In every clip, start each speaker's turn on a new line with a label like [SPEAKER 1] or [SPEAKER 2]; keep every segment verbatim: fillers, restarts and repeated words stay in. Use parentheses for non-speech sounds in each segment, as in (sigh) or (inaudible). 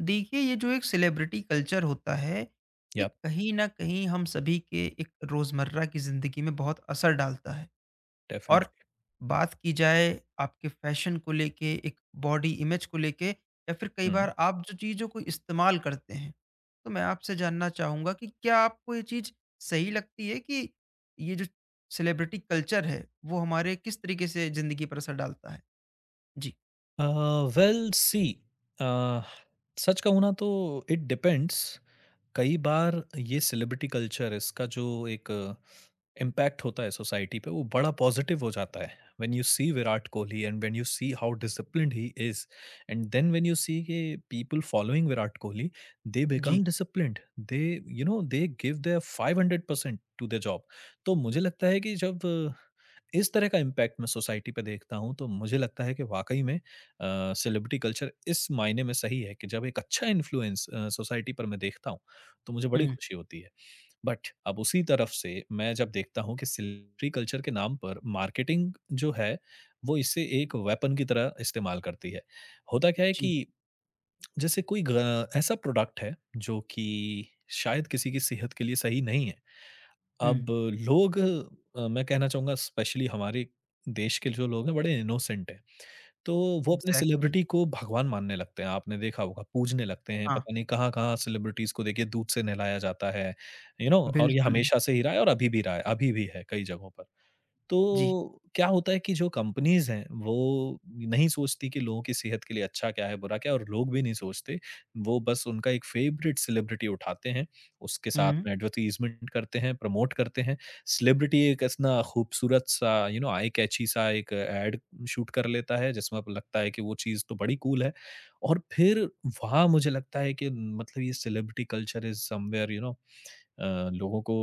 [SPEAKER 1] देखिए ये जो एक सेलिब्रिटी कल्चर होता है, ये
[SPEAKER 2] Yep,
[SPEAKER 1] कहीं ना कहीं हम सभी के एक रोज़मर्रा की ज़िंदगी में बहुत असर डालता है। और
[SPEAKER 2] definitely.
[SPEAKER 1] बात की जाए आपके फैशन को लेके, एक बॉडी इमेज को लेके या फिर कई
[SPEAKER 2] Mm.
[SPEAKER 1] बार आप जो चीज़ों को इस्तेमाल करते हैं, तो मैं आपसे जानना चाहूँगा कि क्या आपको ये चीज़ सही लगती है कि ये जो सेलिब्रिटी कल्चर है वो हमारे किस तरीके से ज़िंदगी पर असर डालता है। जी।
[SPEAKER 2] Uh, well, see, uh, सच कहूँ ना तो इट डिपेंड्स। कई बार ये सेलिब्रिटी कल्चर इसका जो एक इम्पैक्ट होता है सोसाइटी पे वो बड़ा पॉजिटिव हो जाता है। When you see Virat Kohli and when you see how disciplined he is and then when you see के people following Virat Kohli they
[SPEAKER 1] जी।
[SPEAKER 2] Become disciplined, they you know they give their five hundred percent to the job. तो मुझे लगता है कि जब अ, इस तरह का इम्पैक्ट मैं सोसाइटी पे देखता हूँ तो मुझे लगता है कि वाकई में सेलिब्रिटी कल्चर इस मायने में सही है कि जब एक अच्छा इन्फ्लुएंस सोसाइटी पर मैं देखता हूँ तो मुझे बड़ी
[SPEAKER 1] हम्म।
[SPEAKER 2] खुशी होती है। बट अब उसी तरफ से मैं जब देखता हूँ कि सेलिब्रिटी कल्चर के नाम पर मार्केटिंग जो है, वो इसे एक वेपन की तरह इस्तेमाल करती है। होता क्या है
[SPEAKER 1] जी।
[SPEAKER 2] कि जैसे कोई ग ऐसा प्रोडक्ट है जो कि शायद किसी की सेहत के लिए सही नहीं है।
[SPEAKER 1] हम्म।
[SPEAKER 2] अब लोग, अ, मैं कहना चाहूँगा स्पेशली हमारे देश के जो लोग हैं बड़े इनोसेंट हैं। तो वो अपने
[SPEAKER 1] एग्जैक्टली।
[SPEAKER 2] सेलिब्रिटी को भगवान मानने लगते हैं, आपने देखा होगा, पूजने लगते हैं,
[SPEAKER 1] हाँ।
[SPEAKER 2] पता नहीं कहाँ-कहाँ सेलिब्रिटीज़ को देखिए दूध से नहलाया जाता है, यू you नो know, और ये
[SPEAKER 1] बिल्कुल।
[SPEAKER 2] हमेशा से ही रहा है और अभी भी रहा है, अभी भी है कई जगहों पर।
[SPEAKER 1] जी।
[SPEAKER 2] तो क्या होता है कि जो कंपनीज़ हैं, वो नहीं सोचती कि लोगों की सेहत के लिए अच्छा क्या है, बुरा क्या है और लोग भी नहीं सोचते। वो बस उनका एक फ़ेवरेट सेलिब्रिटी उठाते हैं, उसके साथ
[SPEAKER 1] हुँ।
[SPEAKER 2] में एडवर्टाइज़मेंट करते हैं, प्रमोट करते हैं। सेलिब्रिटी एक ऐसा खूबसूरत-सा यू नो आई कैची सा एक एड शूट कर लेता है, जिसमें आपको लगता है कि वो चीज़ तो बड़ी कूल है। और फिर वहाँ मुझे लगता है कि मतलब ये celebrity culture is somewhere you know, uh, लोगों को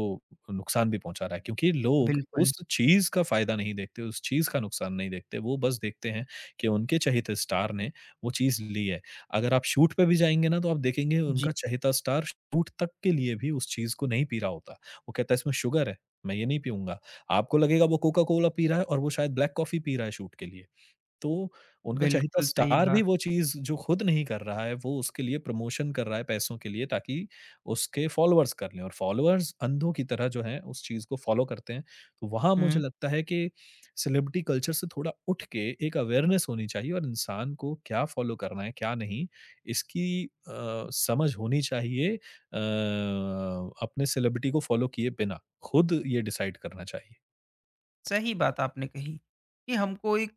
[SPEAKER 2] नुकसान भी पहुँचा रहा है क्योंकि लोग
[SPEAKER 1] बिल्कुल।
[SPEAKER 2] उस चीज़ का फ़ायदा नहीं देखते, उस चीज़ का नुकसान नहीं देखते, वो बस देखते हैं कि उनके चहेते स्टार ने वो चीज़ ली है। अगर आप शूट पे भी जाएँगे ना तो आप देखेंगे
[SPEAKER 1] जी,
[SPEAKER 2] उनका चहेता स्टार शूट तक के लिए भी उस चीज़ को नहीं पी रहा होता। वो कहता है इसमें शुगर है, मैं ये नहीं पीऊँगा। आपको लगेगा वो कोका कोला पी रहा है और वो शायद ब्लैक कॉफ़ी पी रहा है शूट के लिए। तो उनका चहेता
[SPEAKER 1] बिल्कुल सही
[SPEAKER 2] स्टार भी
[SPEAKER 1] बात।
[SPEAKER 2] वो चीज़ जो खुद नहीं कर रहा है, वो उसके लिए प्रमोशन कर रहा है पैसों के लिए ताकि उसके फॉलोअर्स कर लें और फॉलोअर्स अंधों की तरह जो हैं उस चीज़ को फॉलो करते हैं। तो वहाँ मुझे
[SPEAKER 1] हुँ,
[SPEAKER 2] लगता है कि सेलिब्रिटी कल्चर से थोड़ा उठ के एक अवेयरनेस होनी चाहिए और इंसान को क्या फॉलो करना है, क्या नहीं इसकी अ, समझ होनी चाहिए, अ, अपने सेलिब्रिटी को फॉलो किए बिना। खुद ये डिसाइड करना चाहिए।
[SPEAKER 1] सही बात आपने कही कि हमको एक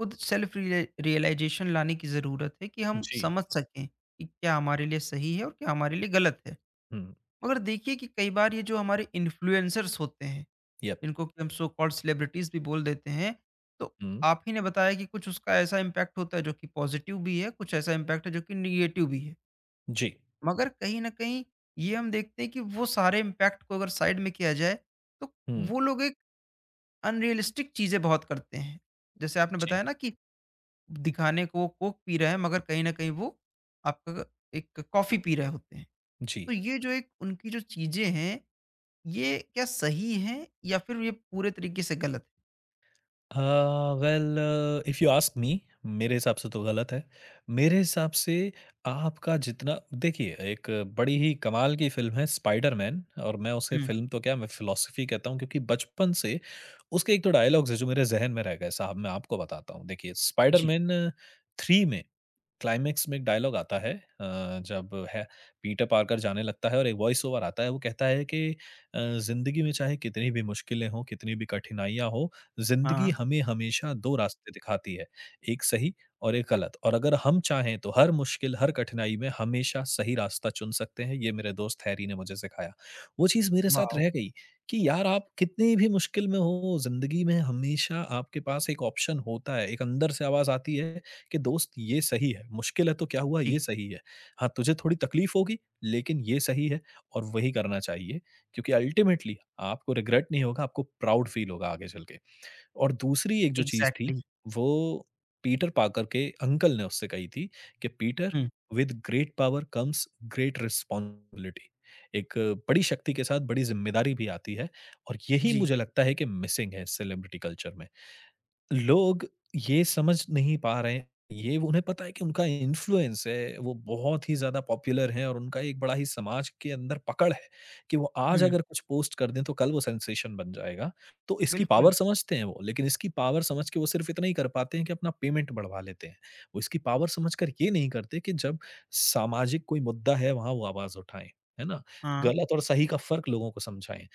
[SPEAKER 1] खुद सेल्फ रिले रियलाइज़ेशन लाने की ज़रूरत है कि हम
[SPEAKER 2] जी।
[SPEAKER 1] समझ सकें कि क्या हमारे लिए सही है और क्या हमारे लिए गलत है।
[SPEAKER 2] हुँ।
[SPEAKER 1] मगर देखिए कि कई बार ये जो हमारे इन्फ्लुएंसर्स होते हैं,
[SPEAKER 2] यप।
[SPEAKER 1] जिनको कि हम सो कॉल्ड सेलिब्रिटीज़ भी बोल देते हैं, तो
[SPEAKER 2] हुँ।
[SPEAKER 1] आप ही ने बताया कि कुछ उसका ऐसा इम्पैक्ट होता है जो कि पॉज़िटिव भी है, कुछ ऐसा इम्पैक्ट है जो कि नेगेटिव भी है।
[SPEAKER 2] जी।
[SPEAKER 1] मगर कहीं न कहीं ये हम देखते हैं कि वो सारे इम्पैक्ट को अगर साइड में किया जाए, तो
[SPEAKER 2] हुँ।
[SPEAKER 1] वो लोग एक अनरियलिस्टिक चीज़ें बहुत करते हैं। जैसे आपने
[SPEAKER 2] जी।
[SPEAKER 1] बताया ना कि दिखाने को वो कोक पी रहे हैं मगर कहीं न कहीं वो आपका एक कॉफ़ी पी रहे होते हैं।
[SPEAKER 2] जी।
[SPEAKER 1] तो ये जो एक उनकी जो चीज़ें हैं, ये क्या सही हैं या फिर ये पूरे तरीके से गलत है?
[SPEAKER 2] Uh, well, if you ask me मेरे हिसाब से तो गलत है। मेरे हिसाब से आपका जितना देखिए, एक बड़ी ही कमाल की फ़िल्म है स्पाइडर मैन और मैं उसे
[SPEAKER 1] हुँ।
[SPEAKER 2] फ़िल्म तो क्या मैं फ़िलॉसफ़ी कहता हूँ क्योंकि बचपन से उसके एक तो डायलॉग्स हैं जो मेरे ज़हन में रह गए साहब, मैं आपको बताता हूँ। देखिए स्पाइडर
[SPEAKER 1] जी।
[SPEAKER 2] मैन थ्री में क्लाइमेक्स में एक डायलॉग आता है। अ, जब है पीटर पार्कर जाने लगता है और एक वॉइस ओवर आता है वो कहता है कि अ, ज़िंदगी में चाहे कितनी भी मुश्किलें हों, कितनी भी कठिनाइयाँ हों, ज़िंदगी
[SPEAKER 1] हाँ।
[SPEAKER 2] हमें हमेशा दो रास्ते दिखाती है, एक सही और एक गलत, और अगर हम चाहें तो हर मुश्किल, हर कठिनाई में हमेशा सही रास्ता चुन सकते हैं, ये मेरे दोस्त हैरी ने मुझे सिखाया। वो चीज़ मेरे साथ
[SPEAKER 1] वाओ!
[SPEAKER 2] रह गई कि यार आप कितनी भी मुश्किल में हो, ज़िंदगी में हमेशा आपके पास एक ऑप्शन होता है, एक अंदर से आवाज़ आती है कि दोस्त ये सही है, मुश्किल है तो क्या हुआ
[SPEAKER 1] जी।
[SPEAKER 2] ये सही है। हाँ, तुझे थोड़ी तकलीफ होगी लेकिन ये सही है और वही करना चाहिए क्योंकि अल्टीमेटली आपको रिग्रेट नहीं होगा, आपको प्राउड फ़ील होगा आगे चल के। और दूसरी एक जो चीज़ थी
[SPEAKER 1] एग्ज़ैक्टली।
[SPEAKER 2] वो पीटर पाकर के अंकल ने उससे कही थी कि Peter,
[SPEAKER 1] hmm.
[SPEAKER 2] With great power comes great responsibility. एक बड़ी शक्ति के साथ बड़ी ज़िम्मेदारी भी आती है और यही
[SPEAKER 1] जी।
[SPEAKER 2] मुझे लगता है कि मिसिंग है सेलिब्रिटी कल्चर में। लोग ये समझ नहीं पा रहे हैं। ये वो- उन्हें पता है कि उनका इन्फ्लुएंस है, वो बहुत ही ज़्यादा पॉपुलर हैं और उनका एक बड़ा ही समाज के अंदर पकड़ है कि वो
[SPEAKER 1] हुँ।
[SPEAKER 2] आज अगर कुछ पोस्ट कर दें तो कल वो सेंसेशन बन जाएगा। तो इसकी
[SPEAKER 1] बिल्कुल।
[SPEAKER 2] पावर समझते हैं वो, लेकिन इसकी पावर समझ के वो सिर्फ़ इतना ही कर पाते हैं कि अपना पेमेंट बढ़वा लेते हैं। वो इसकी पावर समझकर ये नहीं करते कि जब सामाजिक कोई मुद्दा है वहाँ वो आवाज़ उठाएँ, है ना?
[SPEAKER 1] हाँ।
[SPEAKER 2] गलत और सही का फ़र्क लोगों को समझाएँ।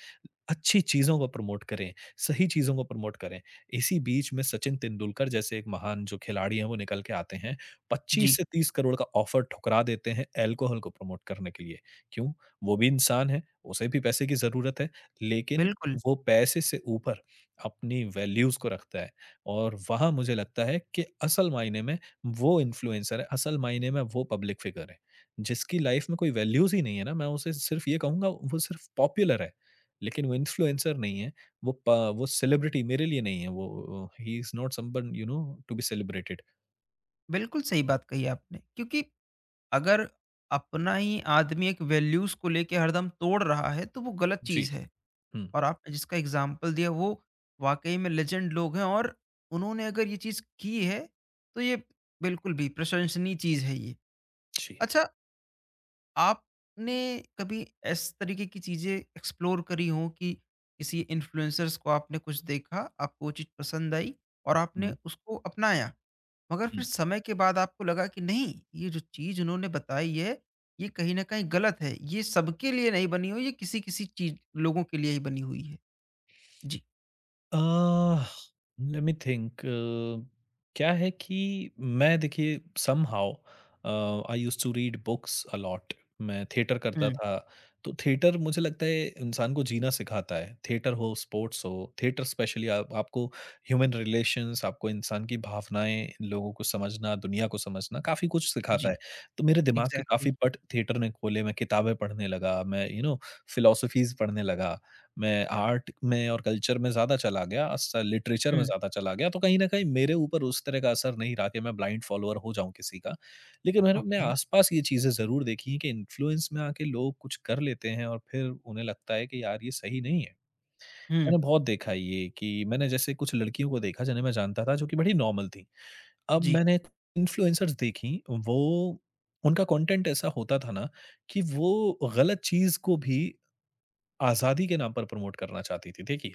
[SPEAKER 2] अच्छी चीज़ों को प्रमोट करें, सही चीज़ों को प्रमोट करें। इसी बीच में सचिन तेंदुलकर जैसे एक महान जो खिलाड़ी हैं वो निकल के आते हैं, पच्चीस
[SPEAKER 1] जी।
[SPEAKER 2] से तीस करोड़ का ऑफ़र ठुकरा देते हैं अल्कोहल को प्रमोट करने के लिए। क्यों? वो भी इंसान है, उसे भी पैसे की ज़रूरत है, लेकिन
[SPEAKER 1] बिल्कुल।
[SPEAKER 2] वो पैसे से ऊपर अपनी वैल्यूज़ को रखता है और वहाँ मुझे लगता है कि असल मायने में वो इन्फ्लुएंसर है, असल मायने में वो पब्लिक फ़िगर है। जिसकी लाइफ़ में कोई वैल्यूज़ ही नहीं है ना, मैं उसे सिर्फ़ ये कहूँगा वो सिर्फ़ पॉपुलर है। लेकिन वो इन्फ्लुएंसर नहीं है, वो प वो सेलिब्रिटी मेरे लिए नहीं है वो, he is not someone you know to be celebrated.
[SPEAKER 1] बिल्कुल सही बात कही आपने क्योंकि अगर अपना ही आदमी एक वैल्यूज़ को लेके हरदम तोड़ रहा है, तो वो गलत
[SPEAKER 2] जी।
[SPEAKER 1] चीज़ है।
[SPEAKER 2] हुँ।
[SPEAKER 1] और आपने जिसका एग्ज़ाम्पल दिया वो वाक़ई में लेजेंड लोग हैं और उन्होंने अगर ये चीज़ की है, तो ये बिल्कुल भी प्रशंसनीय चीज़ है ये।
[SPEAKER 2] जी।
[SPEAKER 1] अच्छा, आपने कभी इस तरीके की चीज़ें एक्सप्लोर करी हों कि किसी इन्फ्लुएंसर्स को आपने कुछ देखा, आपको वो चीज़ पसंद आई और आपने
[SPEAKER 2] हुँ,
[SPEAKER 1] उसको अपनाया? मगर फिर
[SPEAKER 2] हुँ।
[SPEAKER 1] समय के बाद आपको लगा कि नहीं, ये जो चीज़ उन्होंने बताई है, ये कहीं न कहीं गलत है। ये सबके लिए नहीं बनी हुई, ये किसी-किसी चीज़ लोगों के लिए ही बनी हुई है। जी।
[SPEAKER 2] Ah, let me think. Uh, let me think, क्या है कि मैं देखिए somehow I used to read books a lot, मैं थिएटर करता
[SPEAKER 1] हुँ।
[SPEAKER 2] था, तो थिएटर मुझे लगता है इंसान को जीना सिखाता है, थिएटर हो स्पोर्ट्स हो, थिएटर स्पेशली आप, आपको ह्यूमन रिलेशंस, आपको इंसान की भावनाएं, लोगों को समझना, दुनिया को समझना काफ़ी कुछ सिखाता
[SPEAKER 1] जी।
[SPEAKER 2] है। तो मेरे दिमाग के
[SPEAKER 1] एग्ज़ैक्टली।
[SPEAKER 2] काफ़ी पट थिएटर ने खोले, मैं किताबें पढ़ने लगा, मैं यू नो फिलोसफीज पढ़ने लगा, मैं आर्ट में और कल्चर में ज़्यादा चला गया, स लिटरेचर में
[SPEAKER 1] हुँ।
[SPEAKER 2] ज़्यादा चला गया, तो कहीं न कहीं मेरे ऊपर उस तरह का असर नहीं रहा कि मैं ब्लाइंड फॉलोवर हो जाऊँ किसी का। लेकिन मैंने अपने
[SPEAKER 1] ओके।
[SPEAKER 2] आस-पास ये चीज़ें ज़रूर देखी हैं कि इन्फ्लुएंस में आके लोग कुछ कर लेते हैं और फिर उन्हें लगता है कि यार ये सही नहीं है।
[SPEAKER 1] हुँ।
[SPEAKER 2] मैंने बहुत देखा है ये कि मैंने जैसे कुछ लड़कियों को देखा जिन्हें मैं जानता था जो कि बड़ी नॉर्मल थीं। अब
[SPEAKER 1] जी।
[SPEAKER 2] मैंने इन्फ्लुएंसर्स देखी, वो उनका कंटेंट ऐसा होता था ना कि वो गलत चीज़ को भी आज़ादी के नाम पर प्रमोट करना चाहती थी। देखिए,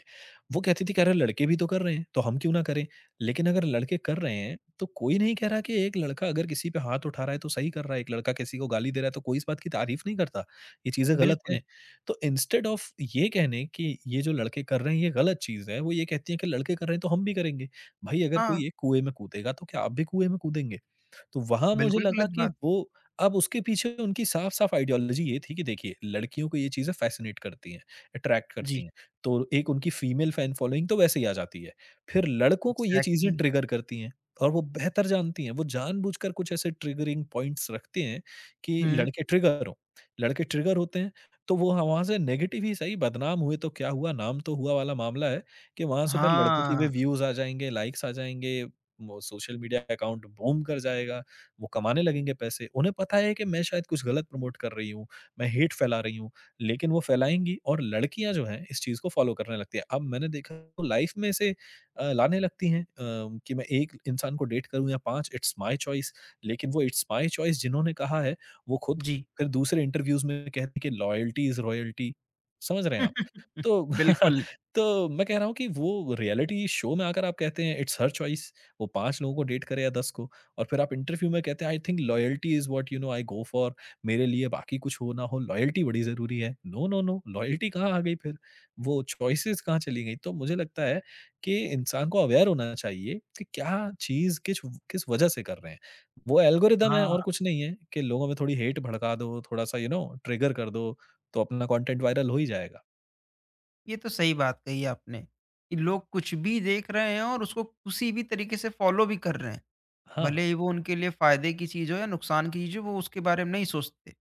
[SPEAKER 2] वो कहती थी कि अरे लड़के भी तो कर रहे हैं, तो हम क्यों ना करें? लेकिन अगर लड़के कर रहे हैं, तो कोई नहीं कह रहा कि एक लड़का अगर किसी पे हाथ उठा रहा है तो सही कर रहा है, एक लड़का किसी को गाली दे रहा है तो कोई इस बात की तारीफ़ नहीं करता। ये चीज़ें गलत
[SPEAKER 1] बिल्कुल।
[SPEAKER 2] हैं। तो इंस्टेड ऑफ ये कहने कि ये जो लड़के कर रहे हैं ये गलत चीज़ है, वो ये कहती हैं कि लड़के कर रहे हैं तो हम भी करेंगे। भाई, अगर
[SPEAKER 1] हाँ।
[SPEAKER 2] कोई एक कुएँ में कूदेगा तो क्या आप भी कुएँ में कूदेंगे? तो वहाँ मुझे
[SPEAKER 1] बिल्कुल
[SPEAKER 2] लगा
[SPEAKER 1] गलत
[SPEAKER 2] कि
[SPEAKER 1] बात।
[SPEAKER 2] वो अब उसके पीछे उनकी साफ-साफ आइडियोलॉजी ये थी कि देखिए, लड़कियों को ये चीज़ें फ़ैसिनेट करती हैं, अट्रैक्ट करती
[SPEAKER 1] जी।
[SPEAKER 2] हैं। तो एक उनकी फीमेल फैन फॉलोइंग तो वैसे ही आ जाती है। फिर लड़कों को ये चीज़ें
[SPEAKER 1] एग्ज़ैक्टली।
[SPEAKER 2] ट्रिगर करती हैं और वो बेहतर जानती हैं। वो जानबूझकर कुछ ऐसे ट्रिगरिंग पॉइंट्स रखते हैं कि
[SPEAKER 1] हुँ।
[SPEAKER 2] लड़के ट्रिगर हों। लड़के ट्रिगर होते हैं तो वो ह वहाँ से नेगेटिव ही सही, बदनाम हुए तो क्या हुआ, नाम तो हुआ वाला मामला है कि वहाँ से फिर लड़कों की भी
[SPEAKER 1] हाँ।
[SPEAKER 2] व्यूज़ आ जाएँगे, लाइक्स आ जाएँगे, वो सोशल मीडिया अकाउंट बूम कर जाएगा। वो कमाने लगेंगे पैसे। उन्हें पता है कि मैं शायद कुछ गलत प्रमोट कर रही हूँ, मैं हेट फैला रही हूँ, लेकिन वो फैलाएँगी और लड़कियाँ जो हैं इस चीज़ को फ़ॉलो करने लगती हैं। अब मैंने देखा तो लाइफ़ में इसे अ, लाने लगती हैं, अ, कि मैं एक इंसान को डेट करूँ या पाँच, इट्स माय चॉइस, लेकिन वो इट्स माय चॉइस जिन्होंने कहा है, वो खुद
[SPEAKER 1] जी।
[SPEAKER 2] फिर दूसरे इंटरव्यूज़ में कहते हैं कि लॉयल्टी इज़ रॉयल्टी। समझ रहे हैं आप?
[SPEAKER 1] (laughs)
[SPEAKER 2] तो (laughs)
[SPEAKER 1] बिल्कुल।
[SPEAKER 2] तो मैं कह रहा हूँ कि वो रियलिटी शो में आकर आप कहते हैं इट्स हर चॉइस। वो पाँच लोगों को डेट करे या दस को। और फिर आप इंटरव्यू में कहते हैं I think loyalty is what you know I go for. मेरे लिए बाकी कुछ हो ना हो लॉयल्टी बड़ी जरूरी है। नो नो नो लॉयल्टी कहाँ आ गई फिर, वो चॉइसेस कहाँ चली गई। तो मुझे लगता है कि इंसान को अवेयर होना चाहिए कि क्या चीज किस किस वजह से कर रहे हैं। वो एल्गोरिदम है
[SPEAKER 1] हाँ,
[SPEAKER 2] और कुछ नहीं है कि लोगों में थोड़ी हेट भड़का दो, थोड़ा सा यू नो ट्रिगर कर दो, तो अपना कंटेंट वायरल हो ही जाएगा।
[SPEAKER 1] ये तो सही बात कही आपने कि लोग कुछ भी देख रहे हैं और उसको किसी भी तरीके से फ़ॉलो भी कर रहे हैं।
[SPEAKER 2] हाँ।
[SPEAKER 1] भले ही वो उनके लिए फायदे की चीज़ हो या नुकसान की चीज़ हो वो उसके बारे में नहीं सोचते।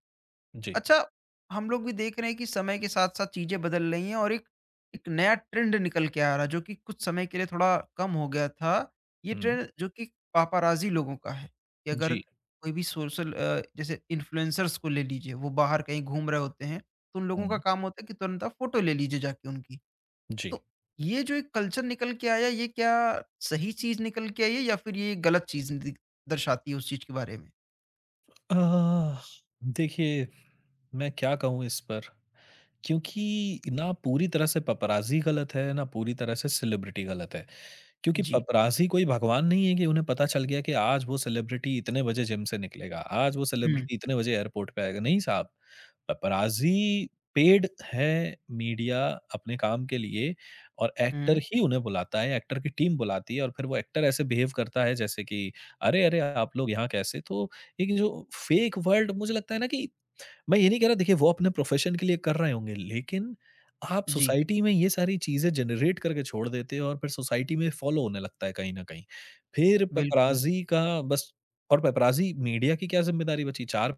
[SPEAKER 2] जी।
[SPEAKER 1] अच्छा, हम लोग भी देख रहे हैं कि समय के साथ-साथ चीज़ें बदल रही हैं और एक एक नया ट्रेंड निकल के आ रहा है जो कि कुछ समय के लिए थोड़ा कम हो गया था। ये
[SPEAKER 2] हम्म,
[SPEAKER 1] ट्रेंड जो कि पापाराज़ी लोगों का है कि अगर
[SPEAKER 2] जी।
[SPEAKER 1] कोई भी सोशल अ, जैसे इन्फ्लुएंसर्स को ले लीजिए, वो बाहर कहीं घूम रहे होते हैं, तो उन लोगों का
[SPEAKER 2] हम्म,
[SPEAKER 1] काम होता है कि तुरंत आप फ़ोटो ले लीजिए जाके उनकी।
[SPEAKER 2] जी।
[SPEAKER 1] तो ये जो एक कल्चर निकल के आया, ये क्या सही चीज़ निकल के आई है या फिर ये गलत चीज़ द दर्शाती है उस चीज़ के बारे में?
[SPEAKER 2] आह, देखिए मैं क्या कहूँ इस पर, क्योंकि ना पूरी तरह से पपराज़ी गलत है, ना पूरी तरह से सेलिब्रिटी गलत है। क्योंकि
[SPEAKER 1] जी।
[SPEAKER 2] पपराज़ी कोई भगवान नहीं है कि उन्हें पता चल गया कि आज वो सेलिब्रिटी इतने बजे जिम से निकलेगा, आज वो
[SPEAKER 1] हुँ।
[SPEAKER 2] सेलिब्रिटी इतने बजे एयरपोर्ट पे आएगा। नहीं साहब, पपराज़ी पेड है मीडिया, अपने काम के लिए। और एक्टर
[SPEAKER 1] हुँ।
[SPEAKER 2] ही उन्हें बुलाता है, एक्टर की टीम बुलाती है और फिर वो एक्टर ऐसे बिहेव करता है जैसे कि, "अरे, अरे! आप लोग यहाँ कैसे?"। तो एक जो फ़ेक वर्ल्ड, मुझे लगता है ना कि, मैं ये नहीं कह रहा, देखिए वो अपने प्रोफेशन के लिए कर रहे होंगे, लेकिन आप
[SPEAKER 1] जी।
[SPEAKER 2] सोसाइटी में ये सारी चीज़ें जनरेट करके छोड़ देते हो और फिर सोसाइटी में फ़ॉलो होने लगता है कहीं न कहीं। फिर
[SPEAKER 1] बिल्कुल।
[SPEAKER 2] पेपराज़ी का बस, और पेपराज़ी मीडिया की क्या ज़िम्मेदारी बची? चार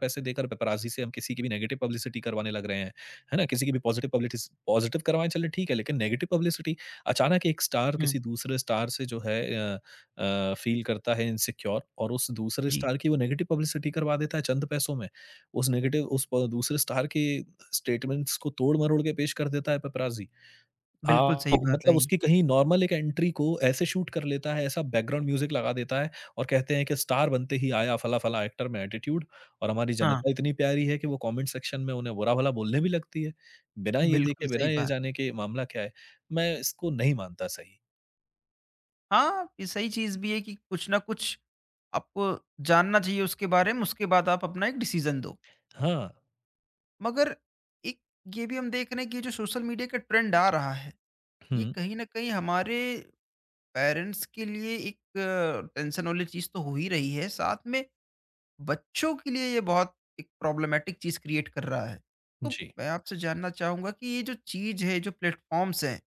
[SPEAKER 2] पैसे देकर पेपराज़ी से हम किसी की भी नेगेटिव पब्लिसिटी करवाने लग रहे हैं, है ना? किसी की भी पॉज़िटिव पब्लिटिस पॉज़िटिव करवाएँ चलें ठीक है, लेकिन नेगेटिव पब्लिसिटी, अचानक एक स्टार
[SPEAKER 1] हुँ।
[SPEAKER 2] किसी दूसरे स्टार से जो है अ अ, फ़ील करता है इनसिक्योर और उस दूसरे
[SPEAKER 1] जी,
[SPEAKER 2] स्टार की वो नेगेटिव पब्लिसिटी करवा देता है चंद पैसों में। उस नेगेटिव उस प दूसरे स्टार के स्टेटमेंट्स को तोड़-मरोड़ के पेश कर देता है पेपराज़ी।
[SPEAKER 1] बिल्कुल
[SPEAKER 2] आ,
[SPEAKER 1] सही बात है
[SPEAKER 2] मतलब
[SPEAKER 1] ये।
[SPEAKER 2] उसकी कहीं नॉर्मल एक एंट्री को ऐसे शूट कर लेता है, ऐसा बैकग्राउंड म्यूज़िक लगा देता है और कहते हैं कि स्टार बनते ही आया फला-फला एक्टर में एटीट्यूड। और हमारी
[SPEAKER 1] हाँ,
[SPEAKER 2] जनता इतनी प्यारी है कि वो कमेंट सेक्शन में उन्हें बुरा-भला बोलने भी लगती है। बिना ये
[SPEAKER 1] बिल्कुल
[SPEAKER 2] देखे, बिना
[SPEAKER 1] सही
[SPEAKER 2] ये
[SPEAKER 1] बात।
[SPEAKER 2] जाने कि मामला क्या है, मैं इसको नहीं मानता सही।
[SPEAKER 1] हाँ, ये सही चीज़ भी है कि कुछ ना कुछ आपको जानना चाहिए उसके बारे में, उसके बाद आप अपना एक डिसीज़न दो।
[SPEAKER 2] हाँ।
[SPEAKER 1] मगर एक ये भी हम देख रहे हैं कि जो सोशल मीडिया का ट्रेंड आ रहा है, ये
[SPEAKER 2] हुँ,
[SPEAKER 1] कहीं न कहीं हमारे पेरेंट्स के लिए एक टेंशन वाली चीज़ तो हो ही रही है, साथ में बच्चों के लिए ये बहुत एक प्रॉब्लमैटिक चीज़ क्रिएट कर रहा है। तो
[SPEAKER 2] जी।
[SPEAKER 1] मैं आपसे जानना चाहूँगा कि ये जो चीज़ है, जो प्लेटफ़ॉर्म्स हैं,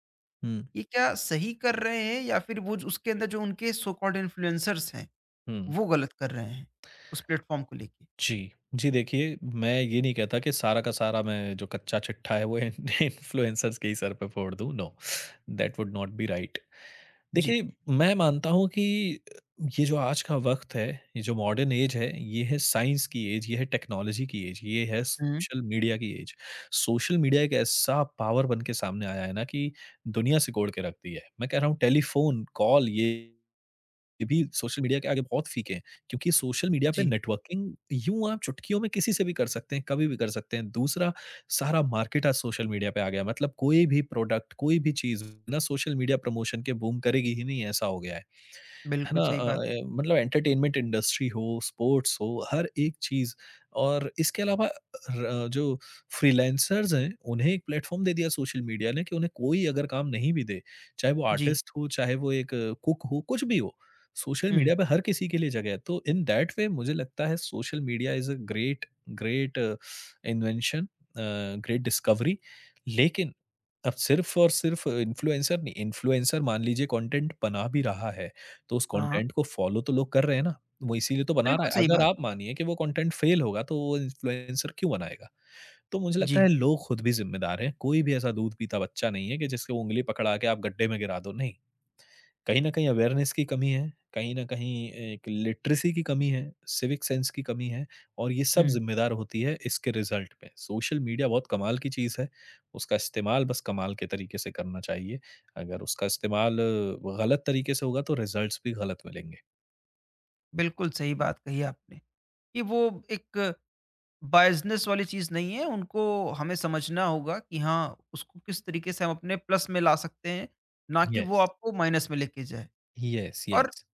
[SPEAKER 2] हुँ,
[SPEAKER 1] ये क्या सही कर रहे हैं या फिर वो ज उसके अंदर जो उनके सो कॉल्ड इन्फ्लुएंसर्स हैं,
[SPEAKER 2] हुँ।
[SPEAKER 1] वो गलत कर रहे हैं, उस प्लेटफ़ॉर्म को लेके?
[SPEAKER 2] जी। जी, देखिए मैं ये नहीं कहता कि सारा का सारा, मैं जो कच्चा चिट्ठा है वो इन (laughs) इन्फ्लुएंसर्स के ही सर पे फोड़ दूँ, no, that would not be right.
[SPEAKER 1] जी।
[SPEAKER 2] देखिए, मैं मानता हूँ कि ये जो आज का वक़्त है, ये जो मॉडर्न ऐज है, ये है साइंस की ऐज, ये है टेक्नोलॉजी की ऐज, ये है
[SPEAKER 1] हुँ।
[SPEAKER 2] सोशल मीडिया की ऐज। सोशल मीडिया एक ऐसा पावर बन के सामने आया है ना, कि दुनिया सिकोड़ के रख दी है। मैं कह रहा हूँ टेलीफ़ोन, कॉल, ये ये भी सोशल मीडिया के आगे बहुत फीके हैं, क्योंकि सोशल मीडिया पे
[SPEAKER 1] जी,
[SPEAKER 2] नेटवर्किंग यूँ आप चुटकियों में किसी से भी कर सकते हैं, कभी भी कर सकते हैं। दूसरा, सारा मार्केट आज सोशल मीडिया पे आ गया है। मतलब कोई भी प्रोडक्ट, कोई भी चीज़ बिना सोशल मीडिया प्रमोशन के बूम करेगी ही नहीं, ऐसा हो गया है। है
[SPEAKER 1] बिल्कुल
[SPEAKER 2] ना?
[SPEAKER 1] सही
[SPEAKER 2] अ
[SPEAKER 1] बात।
[SPEAKER 2] अ, मतलब एंटरटेनमेंट इंडस्ट्री हो, स्पोर्ट्स हो, हर एक चीज़। और इसके अलावा र जो फ्रीलांसर्स हैं, उन्हें एक प्लेटफ़ॉर्म दे दिया सोशल मीडिया ने, कि उन्हें कोई अगर काम नहीं भी दे, चाहे वो
[SPEAKER 1] जी।
[SPEAKER 2] आर्टिस्ट हो, चाहे वो एक कुक हो, कुछ भी हो। सोशल
[SPEAKER 1] हुँ।
[SPEAKER 2] मीडिया पे हर किसी के लिए जगह है, तो इन दैट वे मुझे लगता है social media is a great great invention, great discovery. लेकिन अब सिर्फ और सिर्फ इन्फ्लुएंसर नहीं, इन्फ्लुएंसर मान लीजिए कंटेंट बना भी रहा है, तो उस
[SPEAKER 1] हाँ। हाँ,
[SPEAKER 2] कंटेंट को फॉलो तो लोग कर रहे हैं ना। वो इसीलिए तो बना रहा
[SPEAKER 1] बिल्कुल
[SPEAKER 2] है,
[SPEAKER 1] सही
[SPEAKER 2] अगर
[SPEAKER 1] बात।
[SPEAKER 2] आप मानिए कि वो कंटेंट फेल होगा तो वो इन्फ्लुएंसर क्यों बनाएगा। तो मुझे लगता
[SPEAKER 1] जी।
[SPEAKER 2] है लोग खुद भी जिम्मेदार हैं, कोई भी ऐसा दूध पीता बच्चा नहीं है कि जिसके उंगली पकड़ा के आप गड्ढे में गिरा दो, नहीं। कहीं न कहीं अवेयरनेस की कमी है, कहीं न कहीं एक लिटरेसी की कमी है, सिविक सेंस की कमी है, और ये सब
[SPEAKER 1] हुँ,
[SPEAKER 2] ज़िम्मेदार होती है इसके रिज़ल्ट पे। सोशल मीडिया बहुत कमाल की चीज़ है, उसका इस्तेमाल बस कमाल के तरीके से करना चाहिए। अगर उसका इस्तेमाल अ, गलत तरीके से होगा तो रिज़ल्ट्स भी गलत मिलेंगे।
[SPEAKER 1] बिल्कुल सही बात कही आपने कि वो एक बाज़नेस वाली चीज़ नहीं है, उनको हमें समझना होगा कि हाँ, उसको किस तरीके से हम अपने प्लस में ला सकते हैं, ना कि वो
[SPEAKER 2] येस,
[SPEAKER 1] आपको माइनस में लेके जाए।
[SPEAKER 2] येस,
[SPEAKER 1] और
[SPEAKER 2] येस।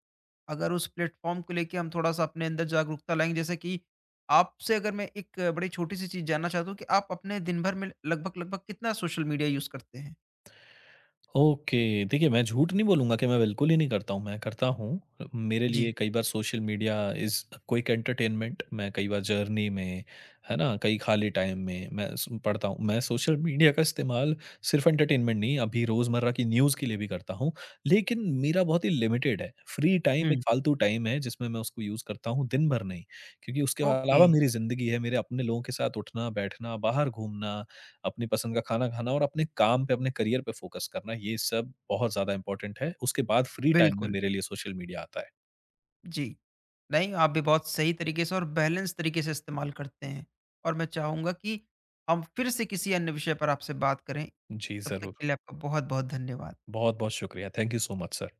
[SPEAKER 1] अगर उस प्लेटफ़ॉर्म को लेके हम थोड़ा-सा अपने अंदर जागरूकता लाएँगे, जैसे कि आपसे अगर मैं एक बड़ी छोटी-सी चीज़ जानना चाहता हूँ कि आप अपने दिन भर में लगभग-लगभग कितना सोशल मीडिया यूज़ करते हैं?
[SPEAKER 2] ओके, देखिए मैं झूठ नहीं बोलूँगा कि मैं बिल्कुल ही नहीं करता हूँ, मैं करता हूँ। मेरे
[SPEAKER 1] जी।
[SPEAKER 2] लिए कई बार social media is quick entertainment. मैं कई बार जर्नी में, है ना? कई खाली टाइम में मैं स पढ़ता हूँ। मैं सोशल मीडिया का इस्तेमाल सिर्फ़ एंटरटेनमेंट नहीं, अभी रोज़मर्रा की न्यूज़ के लिए भी करता हूँ। लेकिन मेरा बहुत ही लिमिटेड है, फ्री टाइम
[SPEAKER 1] हुँ।
[SPEAKER 2] एक फालतू टाइम है जिसमें मैं उसको यूज़ करता हूँ, दिन भर नहीं। क्योंकि उसके
[SPEAKER 1] ओके,
[SPEAKER 2] अलावा मेरी ज़िंदगी है, मेरे अपने लोगों के साथ उठना, बैठना, बाहर घूमना, अपनी पसंद का खाना खाना और अपने काम पे, अपने करियर पे फ़ोकस करना, ये सब बहुत ज़्यादा इम्पोर्टेंट है। उसके बाद फ्री टाइम में
[SPEAKER 1] बिल्कुल।
[SPEAKER 2] मेरे लिए सोशल मीडिया आता है।
[SPEAKER 1] जी। नहीं, आप भी बहुत सही तरीके से और बैलेंस तरीके से इस्तेमाल करते हैं और मैं चाहूँगा कि हम फिर से किसी अन्य विषय पर आपसे बात करें।
[SPEAKER 2] जी,
[SPEAKER 1] तब तक
[SPEAKER 2] ज़रूर।
[SPEAKER 1] के लिए आपका बहुत-बहुत धन्यवाद।
[SPEAKER 2] बहुत-बहुत शुक्रिया। Thank you so much sir.